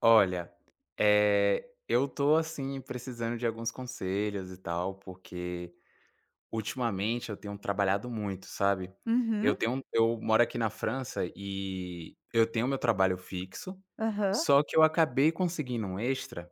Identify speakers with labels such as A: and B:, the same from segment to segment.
A: Olha, eu tô, assim, precisando de alguns conselhos e tal, porque ultimamente eu tenho trabalhado muito, sabe. Eu
B: Uhum.
A: tenho um, eu moro aqui na França e eu tenho meu trabalho fixo,
B: Aham.
A: só que eu acabei conseguindo um extra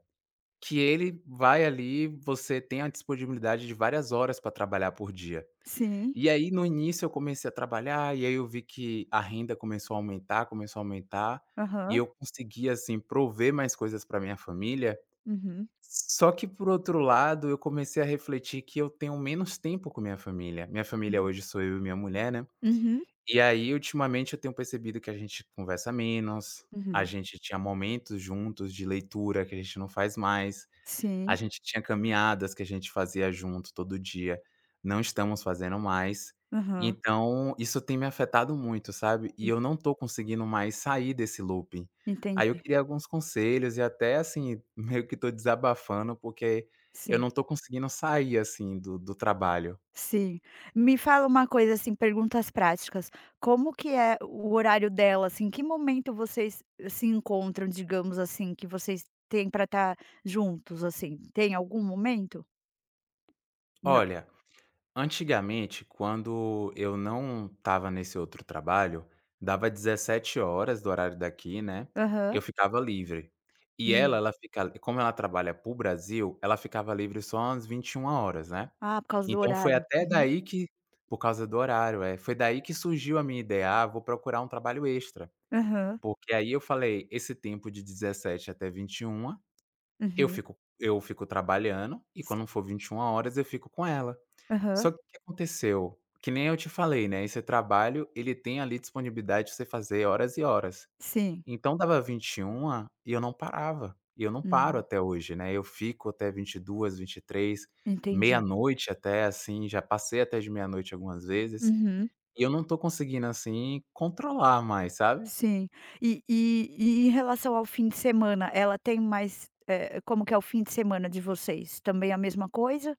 A: que ele vai ali você tem a disponibilidade de várias horas para trabalhar por dia.
B: Sim.
A: E aí, no início, eu comecei a trabalhar, e aí eu vi que a renda começou a aumentar, e
B: Aham.
A: eu consegui, assim, prover mais coisas para minha família.
B: Uhum.
A: Só que, por outro lado, eu comecei a refletir que eu tenho menos tempo com minha família. Minha família
B: Uhum.
A: hoje sou eu e minha mulher, né.
B: Uhum.
A: E aí, ultimamente, eu tenho percebido que a gente conversa menos, a
B: Uhum.
A: gente tinha momentos juntos de leitura que a gente não faz mais. A
B: Sim.
A: gente tinha caminhadas que a gente fazia junto todo dia, não estamos fazendo mais,
B: Aham.
A: então isso tem me afetado muito, sabe, e
B: Hum.
A: eu não estou conseguindo mais sair desse looping. Aí eu
B: Entendi.
A: queria alguns conselhos e até, assim, meio que estou desabafando, porque eu
B: Sim.
A: não estou conseguindo sair, assim, do trabalho.
B: Sim. Me fala uma coisa, assim, perguntas práticas, como que é o horário dela, assim, que momento vocês se encontram, digamos assim, que vocês têm pra estar juntos, assim? Tem algum momento? Na
A: Olha, antigamente, quando eu não estava nesse outro trabalho, dava 17h do horário daqui, né, eu
B: Aham.
A: ficava livre. E ela,
B: Hum.
A: ela fica como ela trabalha para o Brasil, ela ficava livre só às 21h, né.
B: Ah, por causa do
A: Então foi
B: horário.
A: até
B: Uhum.
A: daí que por causa do horário, é. Foi daí que surgiu a minha ideia: "Ah, vou procurar um trabalho extra",
B: Aham.
A: porque aí eu falei: "Esse tempo de 17h até 21h, eu
B: Uhum.
A: fico eu fico trabalhando e
B: Si
A: quando for 21h, eu fico com ela".
B: Aham.
A: Só que o que aconteceu? Que nem eu te falei, né, esse trabalho ele tem ali disponibilidade de você fazer horas e horas.
B: Sim.
A: Então dava 21h e eu não parava, e eu não paro
B: Hum.
A: até hoje, né, eu fico até 22h, 23h,
B: Entendi.
A: meia-noite até, assim, já passei até de meia-noite algumas vezes,
B: Uhum.
A: e eu não tô conseguindo, assim, controlar mais, sabe?
B: Sim. E em relação ao fim de semana, ela tem mais, como que é o fim de semana de vocês? Também a mesma coisa?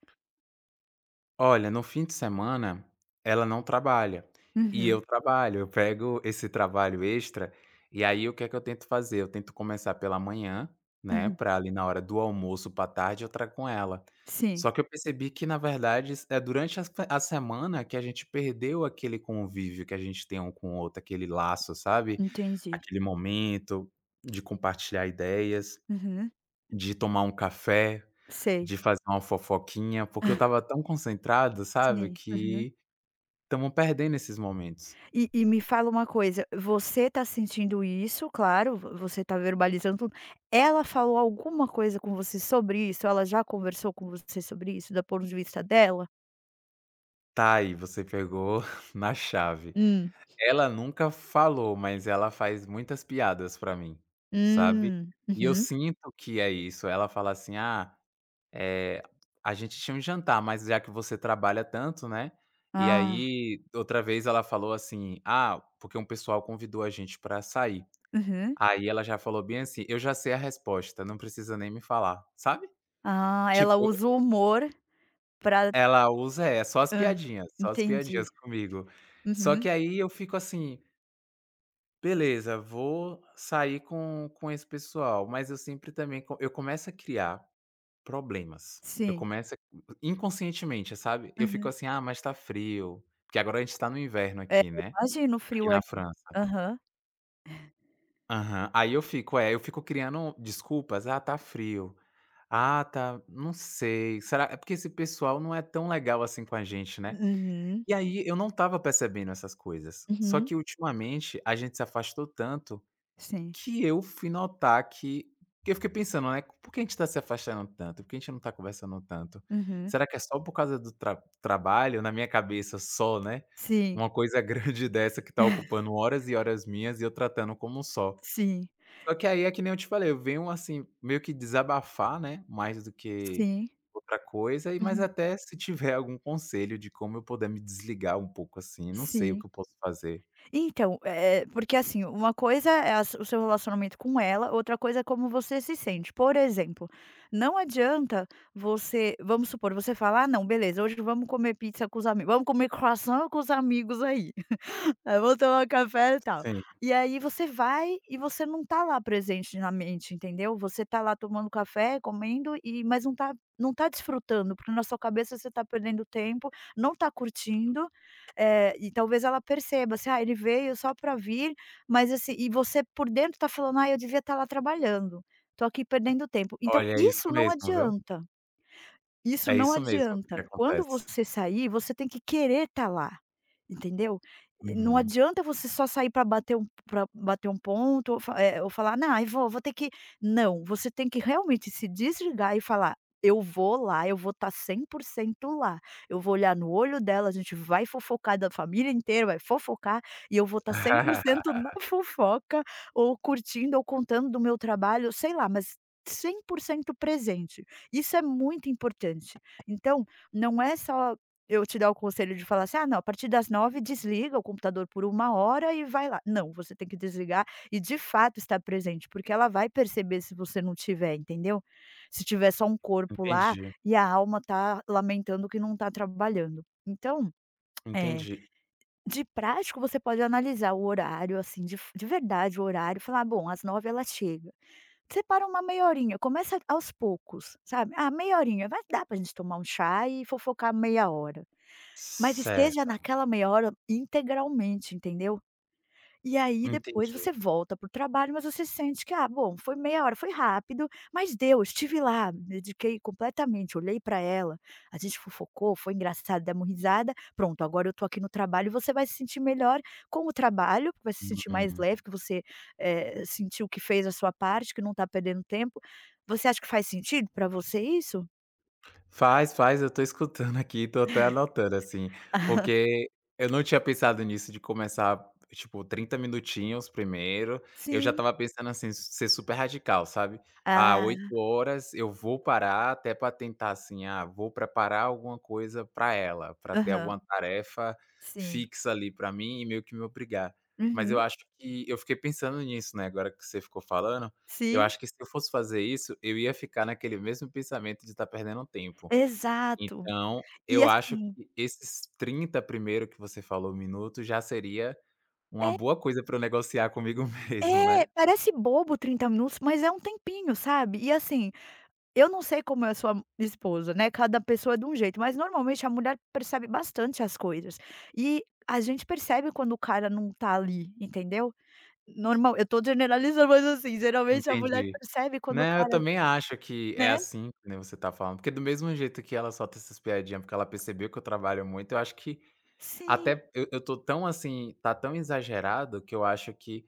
A: Olha, no fim de semana ela não trabalha, e
B: Uhum,
A: eu trabalho, eu pego esse trabalho extra, e aí o que é que eu tento fazer? Eu tento começar pela manhã, né.
B: uhum.
A: Para ali na hora do almoço para tarde eu trago com ela.
B: Sim,
A: Só que eu percebi que na verdade s é durante a se a semana que a gente perdeu aquele convívio que a gente tem um com o outro, aquele laço, sabe?
B: entendi.
A: Aquele momento de compartilhar ideias,
B: Uhum.
A: de tomar um café.
B: Sei,
A: De fazer uma fofoquinha, porque eu estava tão concentrado, sabe,
B: sim. Uhum.
A: que estamos perdendo esses momentos.
B: E me fala uma coisa, você tá sentindo isso, claro, vo você tá verbalizando tudo. Ela falou alguma coisa com você sobre isso? Ela já conversou com você sobre isso, do ponto de vista dela?
A: Tá aí, você pegou na chave.
B: Hum,
A: Ela nunca falou, mas ela faz muitas piadas pra mim, sabe. E eu
B: uhum.
A: sinto que é isso, ela fala assim: "Ah, eh, a gente tinha um jantar, mas já que você trabalha tanto, né". E
B: Ah.
A: aí, outra vez ela falou assim: "Ah, porque um pessoal convidou a gente pra sair".
B: Uhum.
A: Aí ela já falou bem assim: "Eu já sei a resposta, não precisa nem me falar", sabe?
B: Ah, ela
A: Tipo,
B: usa o humor. Pra
A: ela usa é,
B: Hã.
A: só as piadinhas
B: Entendi.
A: comigo. Só que
B: Uhum.
A: aí eu fico assim: "Beleza, vou sair com esse pessoal", mas eu sempre também co eu começo a criar problemas. Eu
B: Sim.
A: começo a inconscientemente, sabe? Eu fico
B: Aham.
A: assim: "Ah, mas tá frio", porque agora a gente tá no inverno
B: É,
A: aqui, né,
B: imagina o
A: aqui
B: frio
A: na
B: aí.
A: França.
B: Aham.
A: Aham. Aí eu fico é, eu fico criando desculpas: "Ah, tá frio". Ah, tá. Não sei. Será é porque esse pessoal não é tão legal assim com a gente, né.
B: Uhum,
A: E aí eu não tava percebendo essas coisas. Só
B: uhum.
A: que ultimamente a gente se afastou tanto
B: Sim.
A: que eu fui notar que eu fiquei pensando, né, "Por que a gente está se afastando tanto? Por que a gente não está conversando tanto?
B: Uhum.
A: Será que é só por causa do trabalho?" Na minha cabeça só, né,
B: Sim,
A: uma coisa grande dessa que está ocupando horas e horas minhas e eu tratando como só.
B: sim,
A: Só que aí é que nem eu te falei, eu venho, assim, meio que desabafar, né, mais do que
B: sim,
A: outra coisa e mas
B: uhum,
A: até se tiver algum conselho de como eu puder me desligar um pouco, assim, não sei o
B: sim.
A: que eu posso fazer.
B: Então, porque assim, uma coisa é a o seu relacionamento com ela, outra coisa é como você se sente. Por exemplo, não adianta você vamos supor, você fala: "Ah não, beleza, hoje vamos comer pizza com os amigos, vamos comer croissant com os amigos aí". Aí vamos tomar um café e tal.
A: Sim.
B: E aí você vai e você não tá lá presente na mente, entendeu? Você tá lá tomando café, comendo mas não tá desfrutando, porque na sua cabeça você tá perdendo tempo, não tá curtindo, e talvez ela perceba, assim: "Ah, ele veio só pra vir", mas assim e você por dentro tá falando: "Ah, eu devia estar lá trabalhando, tô aqui perdendo tempo". Então
A: Olha, é isso
B: isso não
A: mesmo, viu.
B: adianta. Isso
A: É
B: não
A: isso mesmo que
B: adianta. Quando
A: acontece.
B: você sair, você tem que querer estar lá, entendeu? E não
A: Uhum.
B: adianta você só sair para bater um ponto ou falar: "Não, eu vou ter que". Não, você tem que realmente se desligar e falar: "Eu vou lá, eu vou estar 100% lá, eu vou olhar no olho dela, a gente vai fofocar da família inteira, vai fofocar e eu vou estar 100% na fofoca ou curtindo ou contando do meu trabalho", sei lá, mas 100% presente. Isso é muito importante. Então, não é só eu te dar o conselho de falar assim: "Ah, não, a partir das nove desliga o computador por uma hora e vai lá". Não, você tem que desligar e de fato estar presente, porque ela vai perceber se você não tiver, entendeu? Se tiver só um corpo lá
A: Entendi,
B: e a alma tá lamentando que não tá trabalhando. Então, eh,
A: entendi.
B: de prático você pode analisar o horário, assim, de verdade o horário e falar: "Ah, bom, às nove ela chega". Separa uma meia horinha, começa aos poucos, sabe. Ah, meia horinha, vai dar pra gente tomar um chá e fofocar meia hora, mas esteja
A: Certo,
B: naquela meia hora integralmente, entendeu? E aí depois
A: entendi.
B: você volta para o trabalho, mas você sente que: "Ah, bom, foi meia hora, foi rápido, mas deu, estive lá, me dediquei completamente, olhei para ela, a gente fofocou, foi engraçado, demos risada, pronto, agora eu tô aqui no trabalho", e você vai se sentir melhor com o trabalho, vai se sentir mais
A: Uhum.
B: leve, que você, sentiu que fez a sua parte, que não está perdendo tempo. Você acha que faz sentido para você isso?
A: Faz, faz, eu tô escutando aqui, tô até anotando, assim, porque eu não tinha pensado nisso de começar, tipo, 30 minutinhos primeiro, eu já
B: Sim.
A: estava pensando, assim, ser super radical, sabe. Ah, 8
B: Ah,
A: horas eu vou parar até pra tentar, assim, ah, vou preparar alguma coisa pra ela, pra ter
B: aham,
A: alguma tarefa
B: sim.
A: fixa ali pra mim e meio que me obrigar. Mas eu
B: Uhum.
A: acho que eu fiquei pensando nisso, né, agora que você ficou falando, eu
B: Sim,
A: acho que se eu fosse fazer isso, eu ia ficar naquele mesmo pensamento de estar perdendo tempo.
B: exato.
A: Então,
B: E
A: eu acho
B: assim
A: que esses 30 primeiro que você falou minutos já seria uma boa coisa pra eu negociar comigo mesmo, né.
B: É, parece bobo 30 minutos, mas é um tempinho, sabe. E assim, eu não sei como é a sua esposa, né, cada pessoa é de um jeito, mas normalmente a mulher percebe bastante as coisas. E a gente percebe quando o cara não tá ali, entendeu. Normal eu tô generalizando, mas assim, geralmente a mulher
A: Entendi.
B: percebe quando o
A: Né, eu
B: cara,
A: também acho que é
B: né.
A: assim, que você tá falando, porque do mesmo jeito que ela solta essas piadinhas porque ela percebeu que eu trabalho muito, eu acho que
B: Sim,
A: até eu tô tão, assim, tá tão exagerado que eu acho que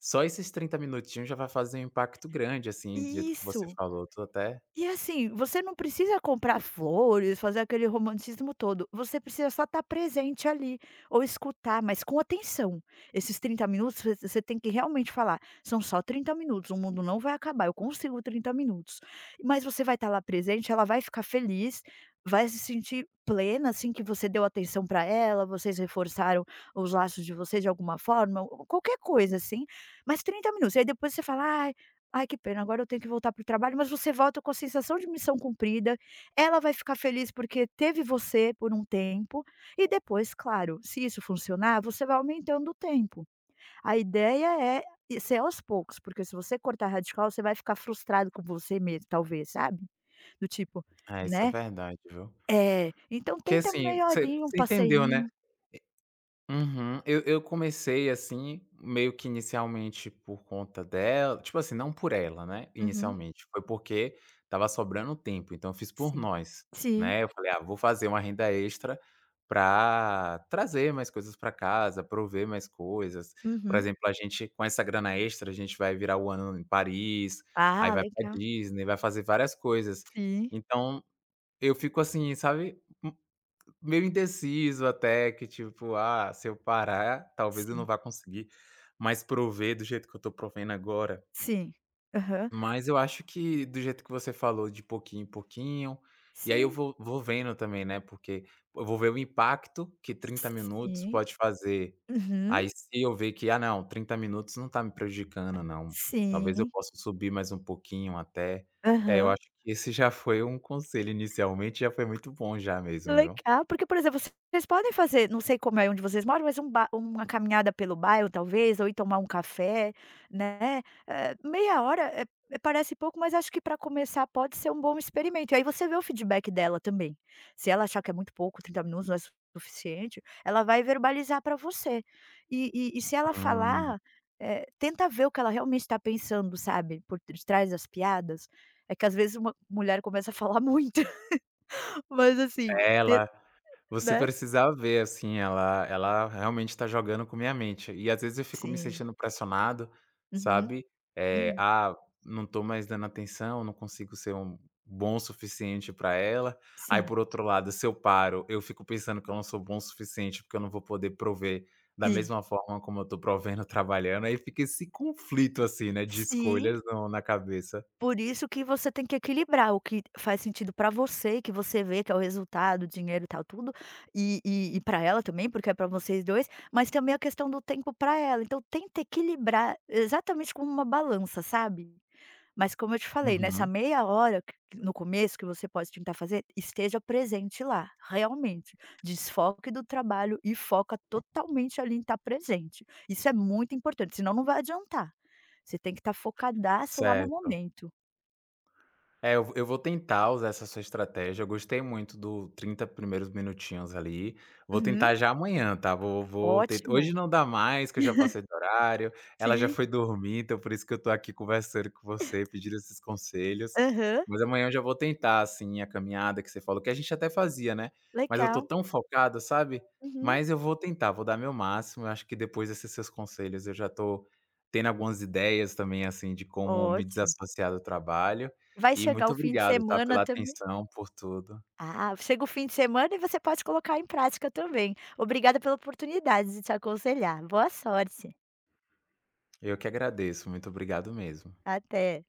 A: só esses 30 minutinhos já vai fazer um impacto grande, assim, do jeito que você
B: isso.
A: falou, tô até
B: E assim, você não precisa comprar flores, fazer aquele romantismo todo, você precisa só estar presente ali, ou escutar, mas com atenção. Esses 30 minutos você tem que realmente falar: "São só 30 minutos, o mundo não vai acabar, eu consigo 30 minutos". Mas você vai estar lá presente, ela vai ficar feliz, vai se sentir plena, assim, que você deu atenção para ela, vocês reforçaram os laços de vocês de alguma forma, ou qualquer coisa assim, mas 30 minutos, e aí depois você fala: "Ah, ai que pena, agora eu tenho que voltar para o trabalho", mas você volta com a sensação de missão cumprida, ela vai ficar feliz porque teve você por um tempo, e depois, claro, se isso funcionar, você vai aumentando o tempo. A ideia é ser aos poucos, porque se você cortar radical, você vai ficar frustrado com você mesmo talvez, sabe, do tipo,
A: é, isso é
B: né,
A: verdade, viu.
B: é, então
A: Porque,
B: tenta
A: assim,
B: meia
A: você
B: horinha, um
A: você entendeu, né.
B: passeinho.
A: Uhum. Eu comecei, assim, meio que inicialmente por conta dela tipo assim, não por ela, né,
B: Uhum,
A: inicialmente, foi porque tava sobrando tempo, então eu fiz por
B: sim.
A: nós,
B: Sim,
A: né, eu falei: "Ah, vou fazer uma renda extra pra trazer mais coisas pra casa, prover mais coisas". Por
B: uhum.
A: exemplo, a gente com essa grana extra, a gente vai virar o ano em Paris, aí
B: Ah,
A: vai pra
B: legal.
A: Disney, vai fazer várias coisas.
B: Sim,
A: Então eu fico assim, sabe, meio indeciso até que tipo: "Ah, se eu parar, talvez eu não
B: sim,
A: vá conseguir mais prover do jeito que eu tô provendo agora".
B: sim. Aham,
A: Mas eu acho que do jeito que você falou, de pouquinho em pouquinho, e aí eu
B: sim.
A: vou vendo também, né, porque eu vou ver o impacto que 30 minutos
B: Sim.
A: pode fazer.
B: Uhum.
A: Aí se eu ver que: "Ah não, 30 minutos não tá me prejudicando não, talvez eu
B: Sim.
A: possa subir mais um pouquinho até". É, eu
B: Aham.
A: acho que esse já foi um conselho inicialmente, já foi muito bom já mesmo, viu.
B: Legal, porque, por exemplo, vocês podem fazer, não sei como é onde vocês moram, mas um ba uma caminhada pelo bairro talvez, ou ir tomar um café, né, meia hora, parece pouco, mas acho que para começar pode ser um bom experimento, e aí você vê o feedback dela também. Se ela achar que é muito pouco, 30 minutos não é suficiente, ela vai verbalizar para você. E se ela
A: Hum.
B: falar, tenta ver o que ela realmente está pensando, sabe, por trás das piadas. É que às vezes uma mulher começa a falar muito, mas assim, ten
A: Ela você
B: né.
A: precisava ver, assim, ela realmente está jogando com minha mente. E às vezes eu fico me
B: Sim.
A: sentindo pressionado,
B: Uhum,
A: sabe, é
B: uhum.
A: "Ah, não tô mais dando atenção, não consigo ser um bom o suficiente para ela". Aí,
B: Sim.
A: por outro lado, se eu paro, eu fico pensando que eu não sou bom o suficiente, porque eu não vou poder prover da
B: E
A: mesma forma como eu tô provendo trabalhando, aí fica esse conflito, assim, né, de
B: sim,
A: escolhas no na cabeça.
B: por isso que você tem que equilibrar o que faz sentido pra você e que você vê que é o resultado, o dinheiro e tal tudo, e pra ela também, porque é pra vocês 2 mas também a questão do tempo pra ela, então tenta equilibrar exatamente como uma balança, sabe? Mas como eu te falei, nessa
A: Uhum.
B: meia hora q no começo que você pode tentar fazer, esteja presente lá, realmente. Desfoque do trabalho e foca totalmente ali em estar presente. Isso é muito importante, senão não vai adiantar. Você tem que estar focadaço lá no
A: Certo.
B: momento.
A: É, eu vou tentar usar essa sua estratégia, eu gostei muito do 30 primeiros minutinhos ali, vou
B: Uhum,
A: tentar já amanhã, tá, vou vou ten
B: ótimo.
A: hoje não dá mais que eu já passei do horário, ela já
B: Sim.
A: foi dormir, então por isso que eu tô aqui conversando com você, pedindo esses conselhos,
B: Aham,
A: mas amanhã eu já vou tentar, assim, a caminhada que você falou, que a gente até fazia, né, mas eu tô
B: legal.
A: tão focado, sabe,
B: Uhum,
A: mas eu vou tentar, vou dar meu máximo, eu acho que depois desses seus conselhos eu já tô tendo algumas ideias também, assim, de como me
B: ótimo.
A: desassociar do trabalho
B: Vai
A: e
B: chegar
A: muito
B: o fim de
A: obrigado, tá,
B: semana
A: pela
B: também,
A: atenção, por tudo.
B: ah, chega o fim de semana e você pode colocar em prática também. Obrigada pela oportunidade de te aconselhar. Boa sorte.
A: Eu que agradeço, muito obrigado mesmo.
B: Até.